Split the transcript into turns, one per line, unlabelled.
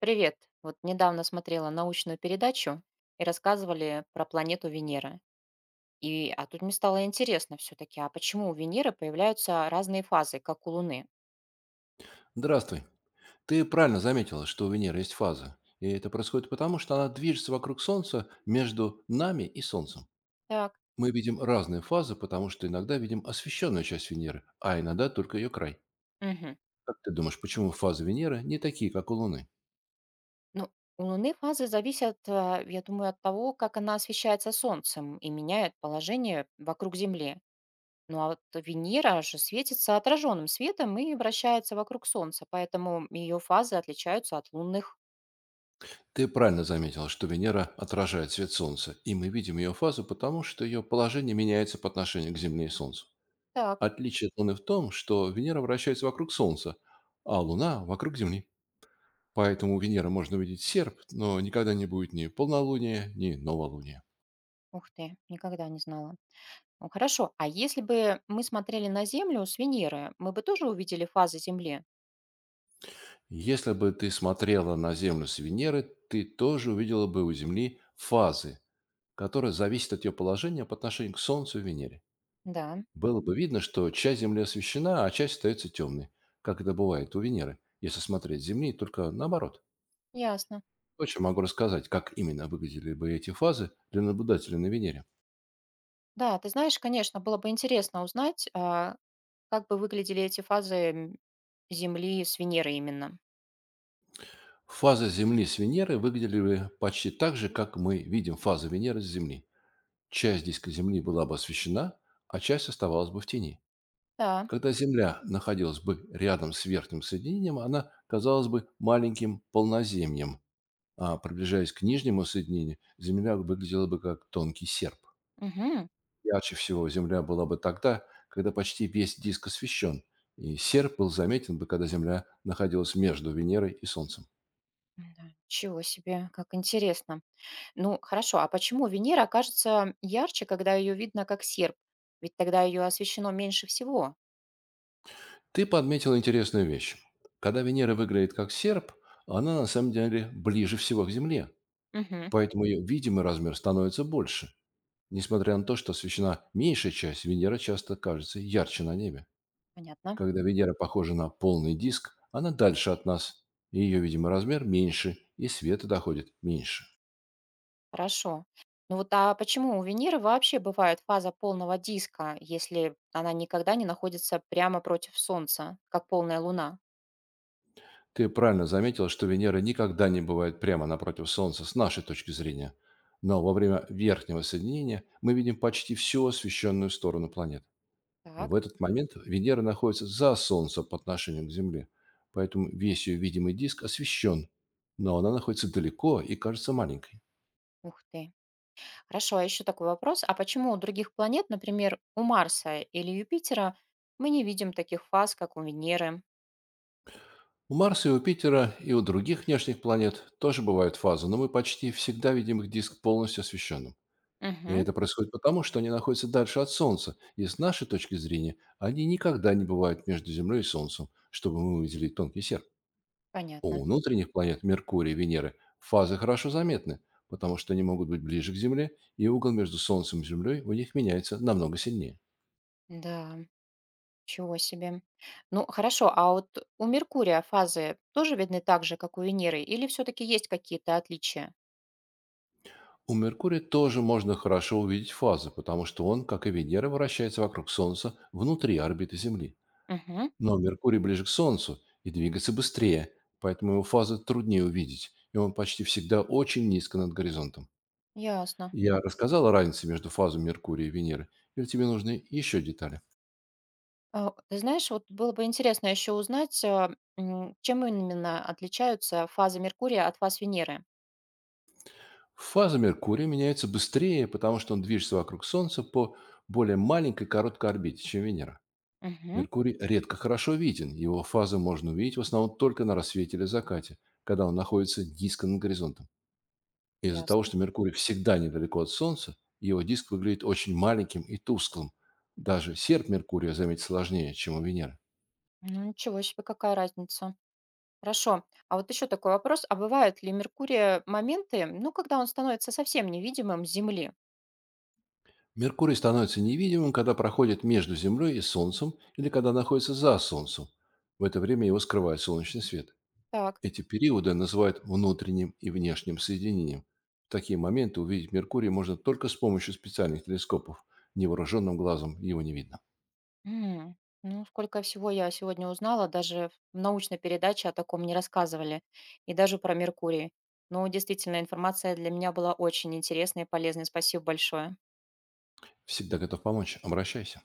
Привет. Вот недавно смотрела научную передачу и рассказывали про планету Венера. А тут мне стало интересно все-таки, а почему у Венеры появляются разные фазы, как у Луны?
Здравствуй. Ты правильно заметила, что у Венеры есть фазы. И это происходит потому, что она движется вокруг Солнца между нами и Солнцем.
Так.
Мы видим разные фазы, потому что иногда видим освещенную часть Венеры, а иногда только ее край.
Мгм.
Как ты думаешь, почему фазы Венеры не такие, как у Луны?
Ну, у Луны фазы зависят, я думаю, от того, как она освещается Солнцем и меняет положение вокруг Земли. Ну а вот Венера же светится отраженным светом и вращается вокруг Солнца, поэтому ее фазы отличаются от лунных.
Ты правильно заметила, что Венера отражает свет Солнца, и мы видим ее фазу, потому что ее положение меняется по отношению к Земле и Солнцу.
Так,
Отличие от Луны в том, что Венера вращается вокруг Солнца, а Луна вокруг Земли. Поэтому у Венеры можно увидеть серп, но никогда не будет ни полнолуния, ни новолуния.
ух ты, никогда не знала. Ну, хорошо. А если бы мы смотрели на Землю с Венеры, мы бы тоже увидели фазы Земли?
Если бы ты смотрела на Землю с Венеры, ты тоже увидела бы у Земли фазы, которые зависят от ее положения по отношению к Солнцу и Венере.
Да,
Было бы видно, что часть Земли освещена, а часть остается темной, как это бывает у Венеры, если смотреть с Земли, только наоборот.
ясно.
Очень могу рассказать, как именно выглядели бы эти фазы для наблюдателя на Венере.
Да, ты знаешь, конечно, было бы интересно узнать, как бы выглядели эти фазы, Земли с Венеры именно.
Фазы Земли с Венеры выглядели бы почти так же, как мы видим фазы Венеры с Земли. Часть диска Земли была бы освещена, а часть оставалась бы в тени.
Да.
Когда Земля находилась бы рядом с верхним соединением, она казалась бы маленьким полноземьем, а приближаясь к нижнему соединению, Земля выглядела бы как тонкий серп.
Угу.
Ярче всего Земля была бы тогда, когда почти весь диск освещен, и серп был заметен бы, когда Земля находилась между Венерой и Солнцем.
Чего себе, как интересно. Ну, хорошо, а почему Венера кажется ярче, когда ее видно как серп? Ведь тогда ее освещено меньше всего.
Ты подметил интересную вещь. Когда Венера выглядит как серп, она на самом деле ближе всего к Земле.
Угу.
Поэтому ее видимый размер становится больше, несмотря на то, что освещена меньшая часть, Венера часто кажется ярче на небе.
Понятно.
Когда Венера похожа на полный диск, она дальше от нас, и ее видимый размер меньше, и света доходит меньше.
Хорошо. Ну вот, а почему у Венеры вообще бывает фаза полного диска, если она никогда не находится прямо против Солнца, как полная Луна?
Ты правильно заметила, что Венера никогда не бывает прямо напротив Солнца с нашей точки зрения. Но во время верхнего соединения мы видим почти всю освещенную сторону планеты.
Так,
В этот момент Венера находится за Солнцем по отношению к Земле, поэтому весь ее видимый диск освещен, но она находится далеко и кажется маленькой.
ух ты. Хорошо, а еще такой вопрос. А почему у других планет, например, у Марса или Юпитера, мы не видим таких фаз, как у Венеры?
У Марса и у Питера и у других внешних планет тоже бывают фазы, но мы почти всегда видим их диск полностью освещенным. И
Угу,
это происходит потому, что они находятся дальше от Солнца, и с нашей точки зрения они никогда не бывают между Землей и Солнцем, чтобы мы увидели тонкий серп.
понятно.
У внутренних планет Меркурия и Венеры фазы хорошо заметны, потому что они могут быть ближе к Земле, и угол между Солнцем и Землей у них меняется намного сильнее.
Да, чего себе. Ну, хорошо, а вот у Меркурия фазы тоже видны так же, как у Венеры, или все-таки есть какие-то отличия?
У Меркурия тоже можно хорошо увидеть фазы, потому что он, как и Венера, вращается вокруг Солнца внутри орбиты Земли.
Угу,
Но Меркурий ближе к Солнцу и двигается быстрее, поэтому его фазы труднее увидеть, и он почти всегда очень низко над горизонтом.
ясно.
Я рассказал о разнице между фазами Меркурия и Венеры, или тебе нужны еще детали?
А, ты знаешь, вот было бы интересно еще узнать, чем именно отличаются фазы Меркурия от фаз Венеры.
Фаза Меркурия меняется быстрее, потому что он движется вокруг Солнца по более маленькой короткой орбите, чем Венера.
Мгм.
Меркурий редко хорошо виден, его фазы можно увидеть в основном только на рассвете или закате, когда он находится низко над горизонтом. Из-за того,
Ясно.
что Меркурий всегда недалеко от Солнца, его диск выглядит очень маленьким и тусклым. Даже серп Меркурия заметить сложнее, чем у Венеры.
Ну, ничего себе, какая разница. Хорошо. А вот еще такой вопрос. А бывают ли Меркурия моменты, ну, когда он становится совсем невидимым с Земли?
Меркурий становится невидимым, когда проходит между Землей и Солнцем или когда находится за Солнцем. В это время его скрывает солнечный свет.
Так.
Эти периоды называют внутренним и внешним соединением. В такие моменты увидеть Меркурий можно только с помощью специальных телескопов. Невооруженным глазом его не видно.
М, Ну, сколько всего я сегодня узнала, даже в научной передаче о таком не рассказывали, и даже про Меркурий. Ну, действительно, информация для меня была очень интересной и полезной. Спасибо большое.
Всегда готов помочь. Обращайся.